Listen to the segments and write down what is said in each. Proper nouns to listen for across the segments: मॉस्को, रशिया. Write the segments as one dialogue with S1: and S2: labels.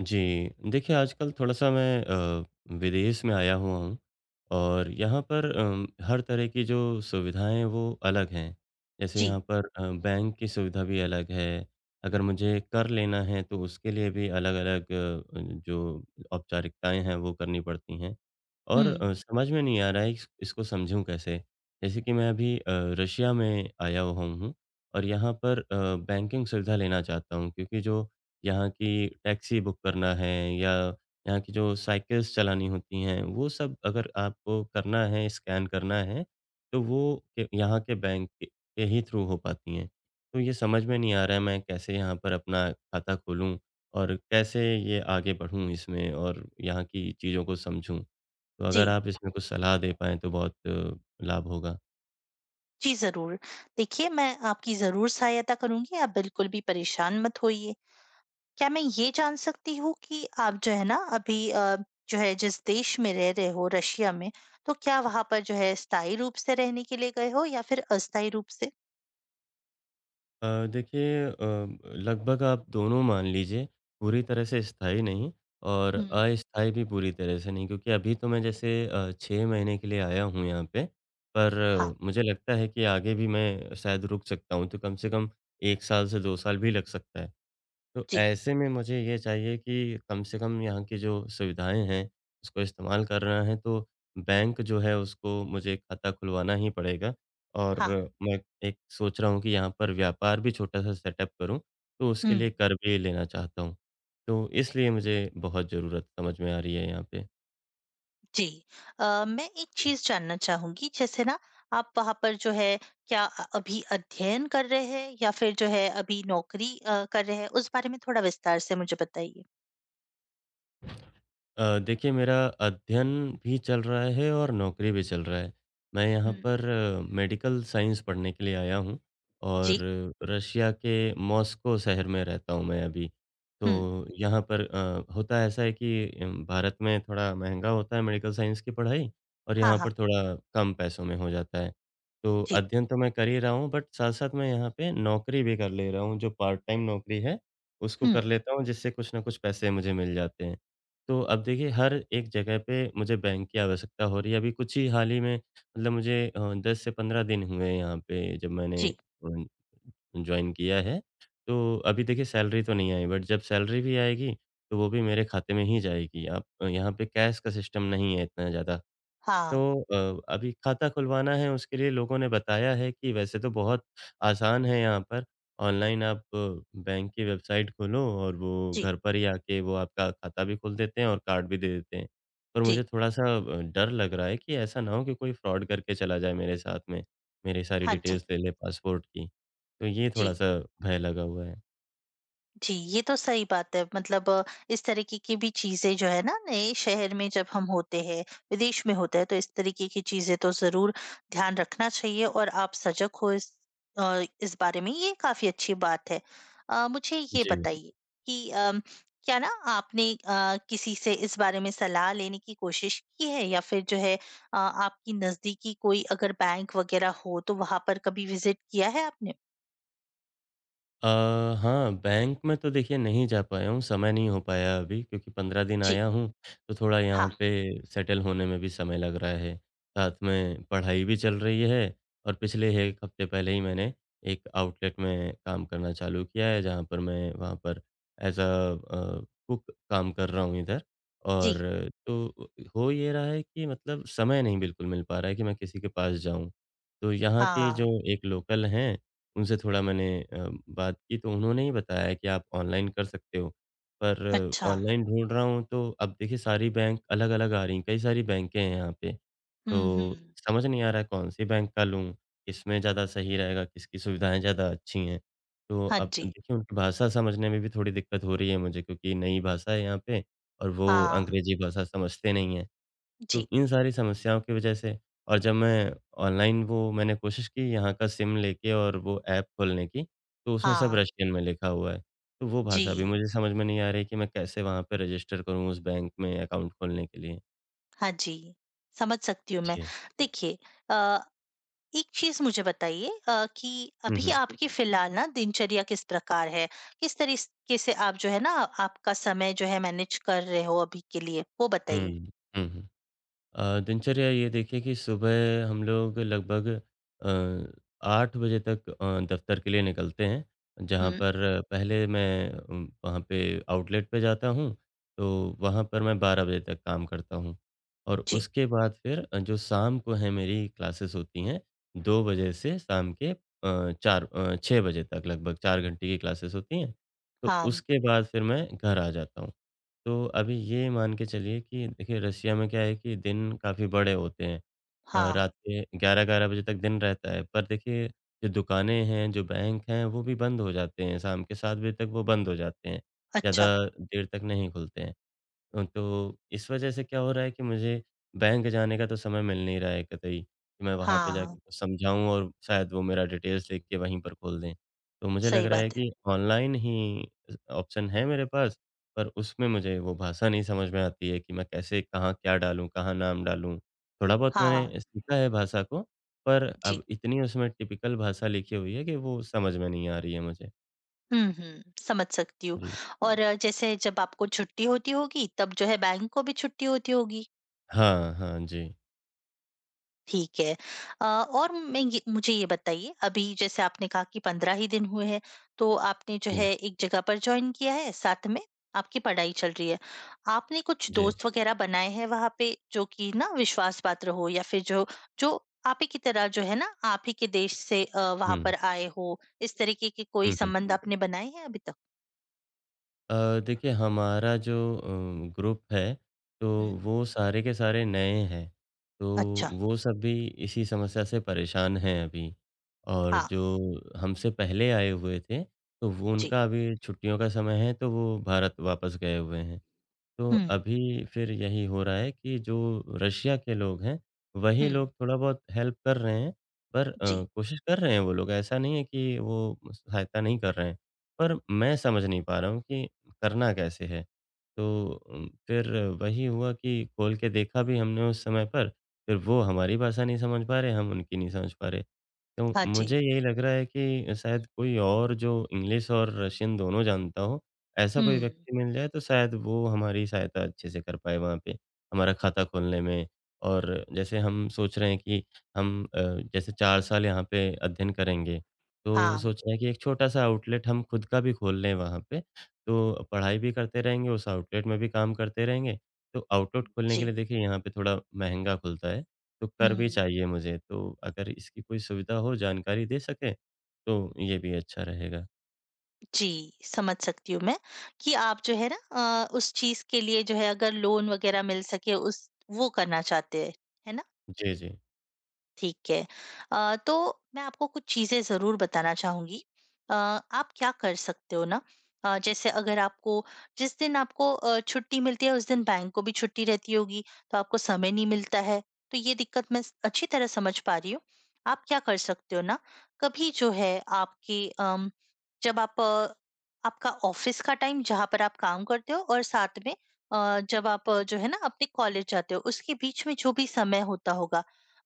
S1: जी, देखिए आजकल थोड़ा-सा मैं विदेश में आया हुआ हूँ और यहाँ पर हर तरह की जो सुविधाएँ हैं वो अलग हैं। जैसे
S2: जी,
S1: यहाँ पर बैंक की सुविधा भी अलग है, अगर मुझे कर लेना है तो उसके लिए भी अलग-अलग जो औपचारिकताएँ हैं वो करनी पड़ती हैं
S2: हुँ।
S1: और समझ में नहीं आ रहा है इस इसको समझूँ कैसे? जैसे कि मैं अभी रशिया में आया हुआ हूँ और यहाँ पर बैंकिंग सुविधा लेना चाहता हूँ क्योंकि जो यहाँ की टैक्सी बुक करना है या यहाँ की जो साइकिल्स चलानी होती हैं, वो सब अगर आपको करना है, स्कैन करना है, तो वो य यहाँ के बैंक के ही थ्रू हो पाती हैं। तो ये समझ में नहीं आ रहा है मैं कैसे यहाँ पर अपना खाता खोलूँ और कैसे ये आगे बढ़ूँ इसमें और यहाँ की चीज़ों को समझूँ? तो अगर
S2: जी,
S1: आप इसमें कुछ सलाह दे पाएँ तो बहुत लाभ होगा।
S2: जी ज़रूर। देखिए मैं आपकी ज़रूर सहायता करूँगी, आप बिल्कुल भी परेशान मत होइए। क्या मैं ये जान सकती हूँ कि आप जो है ना अभी जो है जिस देश में रह रहे हो रशिया में, तो क्या वहाँ पर जो है स्थायी रूप से रहने के लिए गए हो या फिर अस्थायी रूप से?
S1: देखिए लगभग आप दोनों मान लीजिए, पूरी तरह से स्थायी नहीं और
S2: हुँ।
S1: अस्थायी भी पूरी तरह से नहीं क्योंकि अभी तो मैं जैसे 6 महीने के लिए आया हूँ यहाँ पे, पर
S2: हाँ,
S1: मुझे लगता है कि आगे भी मैं शायद रुक सकता हूँ, तो कम से कम 1 साल से 2 साल भी लग सकता है। तो
S2: जी,
S1: ऐसे में मुझे ये चाहिए कि कम से कम यहाँ की जो सुविधाएँ हैं, उसको इस्तेमाल करना है तो बैंक जो है उसको मुझे खाता खुलवाना ही पड़ेगा। और
S2: हाँ।
S1: मैं एक सोच रहा हूँ कि यहाँ पर व्यापार भी छोटा-सा सेटअप करूँ, तो
S2: हुँ।
S1: उसके लिए कर्ज़ भी लेना चाहता हूँ। तो इसलिए मुझे बहुत ज़रूरत समझ में आ रही है यहाँ पे।
S2: जी। मैं एक चीज जानना चाहूंगी जैसे ना आप वहां पर जो है क्या अभी अध्ययन कर रहे हैं या फिर जो है अभी नौकरी कर रहे हैं उस बारे में थोड़ा विस्तार से मुझे बताइए।
S1: देखिए मेरा अध्ययन भी चल रहा है और नौकरी भी चल रहा है। मैं यहाँ
S2: हम्म।
S1: पर मेडिकल साइंस पढ़ने के लिए आया हूँ और
S2: जी।
S1: रशिया के मॉस्को शहर में रहता हूँ मैं अभी।
S2: हम्म।
S1: तो यहाँ पर होता ऐसा है कि भारत में थोड़ा महँगा होता है मेडिकल साइंस की पढ़ाई और
S2: हाँ,
S1: यहाँ
S2: हाँ।
S1: पर थोड़ा कम पैसों में हो जाता है। तो
S2: जी।
S1: अध्ययन तो मैं कर ही रहा हूँ बट साथ-साथ मैं यहाँ पे नौकरी भी कर ले रहा हूँ जो पार्ट टाइम नौकरी है, उसको कर
S2: हम्म।
S1: लेता हूँ जिससे कुछ न कुछ पैसे मुझे मिल जाते हैं। तो अब देखिए हर एक जगह पे मुझे बैंक की आवश्यकता हो रही है। अभी कुछ ही हाल ही में मतलब मुझे 10 से 15 दिन हुए हैं यहाँ पे जब मैंने
S2: जी।
S1: जॉइन किया है। तो अभी देखिए सैलरी तो नहीं आई बट जब सैलरी भी आएगी तो वो भी मेरे खाते में ही जाएगी। आप यहाँ पे कैश का सिस्टम नहीं है इतना ज़्यादा। तो
S2: हाँ।
S1: अभी खाता खुलवाना है उसके लिए लोगों ने बताया है कि वैसे तो बहुत आसान है यहाँ पर। ऑनलाइन आप बैंक की वेबसाइट खोलो और वो
S2: जी,
S1: घर पर ही आके वो आपका खाता भी खोल देते हैं और कार्ड भी दे देते हैं। पर
S2: जी।
S1: मुझे थोड़ा-सा डर लग रहा है कि ऐसा ना हो कि कोई फ्रॉड करके चला जाए मेरे साथ में, मेरी सारी
S2: हाँ। हम्म। जी।
S1: डिटेल्स
S2: हम्म।
S1: ले ले पासपोर्ट की। तो ये
S2: जी।
S1: थोड़ा-सा भय लगा हुआ है।
S2: जी, ये तो सही बात है। मतलब इस तरीके की भी चीज़ें जो है ना, नए शहर में जब हम होते हैं, विदेश में होते हैं, तो इस तरीके की चीज़ें तो ज़रूर ध्यान रखना चाहिए और आप सजग हो इस बारे में, ये काफ़ी अच्छी बात है। मुझे ये
S1: जी।
S2: बताइए कि क्या ना आपने किसी से इस बारे में सलाह लेने की कोशिश की है या फिर जो है आपकी नज़दीकी कोई अगर बैंक वग़ैरह हो, तो वहाँ पर कभी विज़िट किया है आपने?
S1: अ, हाँ, बैंक में तो देखिए नहीं जा पाया हूँ, समय नहीं हो पाया अभी क्योंकि 15 दिन
S2: जी,
S1: आया हूँ, तो थोड़ा
S2: हाँ।
S1: यहाँ
S2: हुँ।
S1: पे सेटल होने में भी समय लग रहा है। साथ में पढ़ाई भी चल रही है और पिछले 1 हफ्ते पहले ही मैंने एक आउटलेट में काम करना चालू किया है, जहाँ पर मैं वहाँ पर एज़ अ कुक काम कर रहा हूँ इधर। और
S2: जी,
S1: तो हो ये रहा है कि मतलब समय नहीं बिल्कुल मिल पा रहा है कि मैं किसी के पास जाऊँ। तो यहाँ के जो
S2: हाँ।
S1: एक लोकल हैं उनसे थोड़ा मैंने बात की तो उन्होंने ही बताया कि आप ऑनलाइन कर सकते हो। पर
S2: अच्छा।
S1: ऑनलाइन ढूँढ रहा हूँ तो अब देखिए सारी बैंक अलग-अलग आ रही हैं, कई सारी बैंकें हैं यहाँ पे।
S2: हुँ,
S1: तो
S2: हुँ।
S1: समझ नहीं आ रहा है कौन सी बैंक का लूँ, किसमें ज़्यादा सही रहेगा, किसकी सुविधाएँ ज़्यादा अच्छी हैं। तो
S2: हाँ
S1: अब
S2: जी,
S1: देखिए उनकी भाषा समझने में भी थोड़ी दिक्कत हो रही है मुझे क्योंकि नई भाषा है यहाँ पे और वो
S2: हाँ,
S1: अंग्रेज़ी भाषा समझते नहीं हैं।
S2: जी,
S1: तो इन सारी समस्याओं की वजह से और जब मैं ऑनलाइन वो मैंने कोशिश की यहाँ का सिम लेके और वो ऐप खोलने की, तो उसमें सब
S2: हाँ,
S1: रशियन में लिखा हुआ है। तो वो भाषा भी
S2: जी,
S1: मुझे समझ में नहीं आ रही कि मैं कैसे वहाँ पे रजिस्टर करूँ उस बैंक में अकाउंट खोलने के लिए?
S2: हाँ जी, समझ सकती हूँ मैं।
S1: जी।
S2: देखिए अ, एक चीज़ मुझे बताइए कि
S1: हुँ,
S2: अभी
S1: हुँ।
S2: आपकी फ़िलहाल ना दिनचर्या किस प्रकार है? किस तरीके से आप जो है ना आपका समय जो है मैनेज कर रहे हो अभी के लिए? वो
S1: हुँ,
S2: बताइए।
S1: हुँ, हुँ। दिनचर्या ये देखिए कि सुबह हम लोग लगभग 8 बजे तक दफ़्तर के लिए निकलते हैं, जहाँ
S2: हुँ,
S1: पर पहले मैं वहाँ पे आउटलेट पे जाता हूँ, तो वहाँ पर मैं 12 बजे तक काम करता हूँ। और
S2: जी,
S1: उसके बाद फिर जो शाम को है मेरी क्लासेस होती हैं, 2 बजे से शाम के 4 6 बजे तक लगभग 4 घंटे की क्लासेस होती हैं। तो
S2: हाँ,
S1: उसके बाद फिर मैं घर आ जाता हूँ। तो अभी ये मान के चलिए कि देखिए रसिया में क्या है कि दिन काफ़ी बड़े होते हैं।
S2: हाँ,
S1: रात के 11-11 बजे तक दिन रहता है, पर देखिए जो दुकानें हैं, जो बैंक हैं, वो भी बंद हो जाते हैं, शाम के 7 बजे तक वो बंद हो जाते हैं, ज़्यादा
S2: अच्छा,
S1: देर तक नहीं खुलते हैं। तो इस वजह से क्या हो रहा है कि मुझे बैंक जाने का तो समय मिल नहीं रहा है कतई, कि मैं वहाँ पे
S2: हाँ,
S1: जाके कुछ समझाऊँ और शायद वो मेरा डिटेल्स देख के वहीं पर खोल दें। तो मुझे लग
S2: सही
S1: रहा है
S2: बात है।
S1: कि ऑनलाइन ही ऑप्शन है मेरे पास, पर उसमें मुझे वो भाषा नहीं समझ में आती है कि मैं कैसे, कहाँ क्या डालूँ, कहाँ नाम डालूँ? थोड़ा बहुत
S2: हाँ,
S1: मैंने सीखा है भाषा को, पर
S2: जी।
S1: अब इतनी उसमें टिपिकल भाषा लिखी हुई है कि वो समझ में नहीं आ रही है मुझे।
S2: हुँ, हुँ, समझ सकती हूँ।
S1: जी।
S2: और जैसे जब आपको छुट्टी होती होगी, तब जो है बैंक को भी छुट्टी होती होगी,
S1: हाँ, हाँ। जी।
S2: ठीक है। और मैं ये मुझे ये बताइए, अभी जैसे आपने कहा कि 15 ही दिन हुए हैं, तो आपने जो
S1: हुँ।
S2: है एक जगह पर जॉइन किया है, साथ में आपकी पढ़ाई चल रही है। आपने कुछ
S1: जी।
S2: दोस्त वग़ैरह बनाए हैं वहाँ पे, जो कि ना विश्वास पात्र हो या फिर जो जो आप ही की तरह जो है ना, आप ही के देश से वहाँ
S1: हुँ।
S2: पर आए हो, इस तरीके के कोई
S1: हुँ, हुँ।
S2: संबंध आपने बनाए हैं अभी तक?
S1: अ, देखिए हमारा जो ग्रुप है, तो
S2: हुँ,
S1: वो सारे के सारे नए हैं। तो
S2: अच्छा,
S1: वो सब भी इसी समस्या से परेशान हैं अभी। और
S2: हाँ।
S1: जो हमसे पहले आए हुए थे, तो वो
S2: जी,
S1: उनका अभी छुट्टियों का समय है, तो वो भारत वापस गए हुए हैं। तो
S2: हुँ,
S1: अभी फिर यही हो रहा है कि जो रशिया के लोग हैं,
S2: हुँ,
S1: वही लोग थोड़ा बहुत हेल्प कर रहे हैं, पर
S2: जी,
S1: कोशिश कर रहे हैं वो लोग, ऐसा नहीं है कि वो सहायता नहीं कर रहे हैं। पर मैं समझ नहीं पा रहा हूँ कि करना कैसे है? तो फिर वही हुआ कि खोल के देखा भी हमने उस समय पर, फिर वो हमारी भाषा नहीं समझ पा रहे, हम उनकी नहीं समझ पा रहे। तो
S2: हाँ जी,
S1: मुझे यही लग रहा है कि शायद कोई और जो इंग्लिश और रशियन दोनों जानता हो, ऐसा
S2: हुँ,
S1: कोई व्यक्ति मिल जाए तो शायद वो हमारी सहायता अच्छे से कर पाए वहाँ पे, हमारा खाता खोलने में। और जैसे हम सोच रहे हैं कि हम जैसे 4 साल यहाँ पे अध्ययन करेंगे, तो
S2: हाँ,
S1: सोच रहे हैं कि एक छोटा-सा आउटलेट हम खुद का भी खोल लें वहाँ पे। तो पढ़ाई भी करते रहेंगे, उस आउटलेट में भी काम करते रहेंगे। तो आउटलेट खोलने के
S2: जी,
S1: लिए देखिए यहाँ पे थोड़ा महँगा खुलता है। तो कर भी
S2: हुँ,
S1: चाहिए मुझे। तो अगर इसकी कोई सुविधा हो, जानकारी दे सकें, तो ये भी अच्छा रहेगा।
S2: जी, समझ सकती हूँ मैं कि आप जो है ना उस चीज़ के लिए जो है अगर लोन वग़ैरह मिल सके उस वो करना चाहते हैं, है ना?
S1: जी, जी।
S2: ठीक है। तो मैं आपको कुछ चीज़ें ज़रूर बताना चाहूँगी। आप क्या कर सकते हो ना जैसे अगर आपको जिस दिन आपको छुट्टी मिलती है उस दिन बैंक को भी छुट्टी रहती होगी, तो आपको समय नहीं मिलता है, तो ये दिक्कत मैं स अच्छी तरह समझ पा रही हूँ। आप क्या कर सकते हो ना, कभी जो है आपकी जब आप आपका ऑफ़िस का टाइम जहाँ पर आप काम करते हो और साथ में जब आप जो है ना अपने कॉलेज जाते हो, उसके बीच में जो भी समय होता होगा,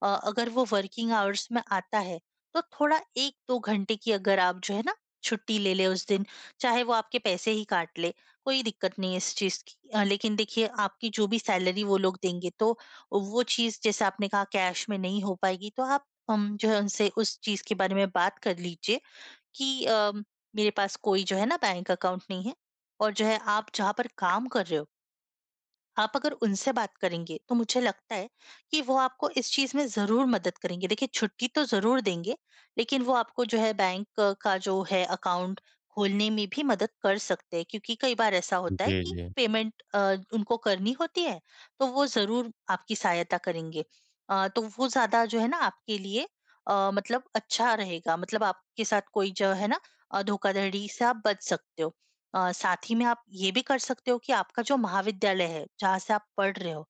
S2: अगर वो वर्किंग आवर्स में आता है तो थोड़ा 1-2 घंटे की अगर आप जो है ना छुट्टी ले लें उस दिन, चाहे वो आपके पैसे ही काट ले, कोई दिक्कत नहीं है इस चीज़ की। लेकिन देखिए आपकी जो भी सैलरी वो लोग देंगे तो वो चीज़ जैसे आपने कहा कैश में नहीं हो पाएगी तो आप जो है उनसे उस चीज़ के बारे में बात कर लीजिए कि मेरे पास कोई जो है ना बैंक अकाउंट नहीं है और जो है आप जहाँ पर काम कर रहे हो आप अगर उनसे बात करेंगे, तो मुझे लगता है कि वो आपको इस चीज़ में ज़रूर मदद करेंगे। देखिए, छुट्टी तो ज़रूर देंगे, लेकिन वो आपको जो है बैंक का जो है अकाउंट खोलने में भी मदद कर सकते हैं क्योंकि कई बार ऐसा होता है
S1: जी,
S2: कि
S1: जी।
S2: पेमेंट उनको करनी होती है, तो वो ज़रूर आपकी सहायता करेंगे। तो वो ज़्यादा जो है ना आपके लिए मतलब अच्छा रहेगा, मतलब आपके साथ कोई जो है ना धोखाधड़ी से आप बच सकते हो। साथ ही में आप ये भी कर सकते हो कि आपका जो महाविद्यालय है, जहाँ से आप पढ़ रहे हो,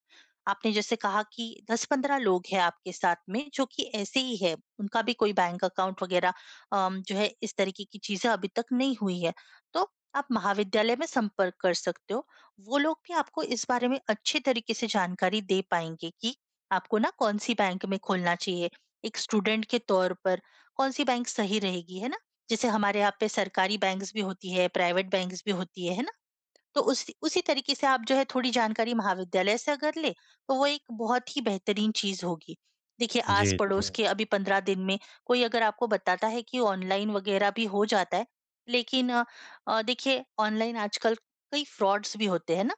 S2: आपने जैसे कहा कि 10-15 लोग हैं आपके साथ में जो कि ऐसे ही है, उनका भी कोई बैंक अकाउंट वगैरह जो है इस तरीके की चीज़ें अभी तक नहीं हुई है। तो आप महाविद्यालय में संपर्क कर सकते हो। वो लोग भी आपको इस बारे में अच्छे तरीके से जानकारी दे पाएँगे कि आपको ना कौन-सी बैंक में खोलना चाहिए, एक स्टूडेंट के तौर पर कौन-सी बैंक सही रहेगी, है ना? जैसे हमारे यहाँ पे सरकारी बैंक्स भी होती है, प्राइवेट बैंक्स भी होती है ना? तो उसी उसी तरीके से आप जो है थोड़ी जानकारी महाविद्यालय से अगर लें, तो वो एक बहुत ही बेहतरीन चीज़ होगी। देखिए
S1: जी, जी।
S2: आस-पड़ोस, जी, के अभी 15 दिन में कोई अगर आपको बताता है कि ऑनलाइन वग़ैरह भी हो जाता है, लेकिन देखिए ऑनलाइन आजकल कई फ्रॉड्स भी होते हैं ना?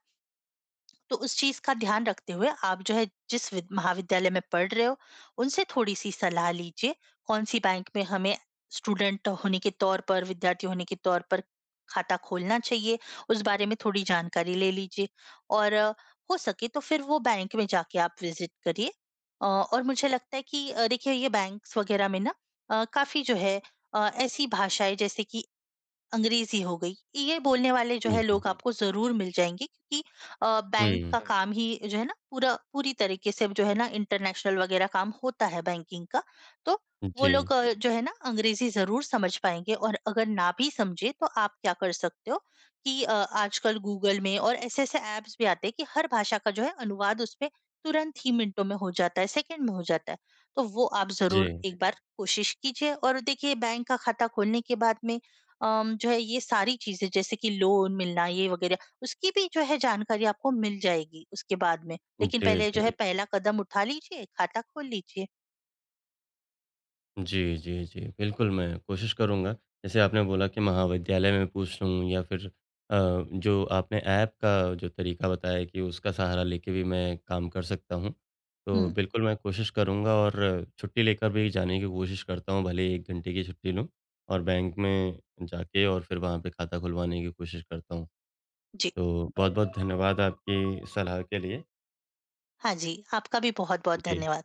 S2: तो उस चीज़ का ध्यान रखते हुए आप जो है जिस विद महाविद्यालय में पढ़ रहे हो, उनसे थोड़ी-सी सलाह लीजिए, कौन-सी बैंक में हमें स्टूडेंट होने के तौर पर, विद्यार्थी होने के तौर पर खाता खोलना चाहिए, उस बारे में थोड़ी जानकारी ले लीजिए और हो सके तो फिर वो बैंक में जाके आप विज़िट करिए। और मुझे लगता है कि देखिए ये बैंक्स वग़ैरह में ना काफ़ी जो है ऐसी भाषाएँ जैसे कि अंग्रेजी हो गई। ये बोलने वाले जो
S1: हुँ,
S2: है
S1: हुँ।
S2: लोग हुँ। आपको ज़रूर मिल जाएँगे क्योंकि बैंक
S1: हुँ।
S2: का हुँ। काम ही जो है ना पूरा पूरी तरीके से जो है ना इंटरनेशनल वग़ैरह काम होता है बैंकिंग का। तो वो लोग
S1: जी,
S2: जी, जो है ना अंग्रेजी ज़रूर समझ पाएँगे और अगर ना भी समझे तो आप क्या कर सकते हो कि आजकल गूगल में और ऐसे-ऐसे ऐप्स भी आते हैं कि हर भाषा का जो है अनुवाद उसपे तुरंत ही मिनटों में हो जाता है, सेकंड में हो जाता है। तो वो आप
S1: जी।
S2: ज़रूर एक, जी, बार कोशिश कीजिए और देखिए बैंक का खाता खोलने के बाद में जो है ये सारी चीज़ें जैसे कि लोन मिलना ये वगैरह, उसकी भी जो है जानकारी आपको मिल जाएगी उसके बाद में। लेकिन
S1: जी,
S2: पहले जो
S1: जी।
S2: है, जी, पहला कदम उठा लीजिए, खाता खोल लीजिए।
S1: जी, जी, जी। बिल्कुल, मैं कोशिश करूँगा। जैसे आपने बोला कि महाविद्यालय में पूछ लूँ या फिर अ, जो आपने ऐप का जो तरीका बताया कि उसका सहारा लेके भी मैं काम कर सकता हूँ। तो
S2: हुँ,
S1: बिल्कुल मैं कोशिश करूँगा और छुट्टी लेकर भी जाने की कोशिश करता हूँ, भले ही 1 घंटे की छुट्टी लूँ और बैंक में जाके और फिर वहाँ पे खाता खुलवाने की कोशिश करता हूँ।
S2: जी।
S1: तो बहुत-बहुत धन्यवाद आपकी सलाह के लिए।
S2: हाँ जी, आपका भी बहुत-बहुत
S1: जी।
S2: धन्यवाद।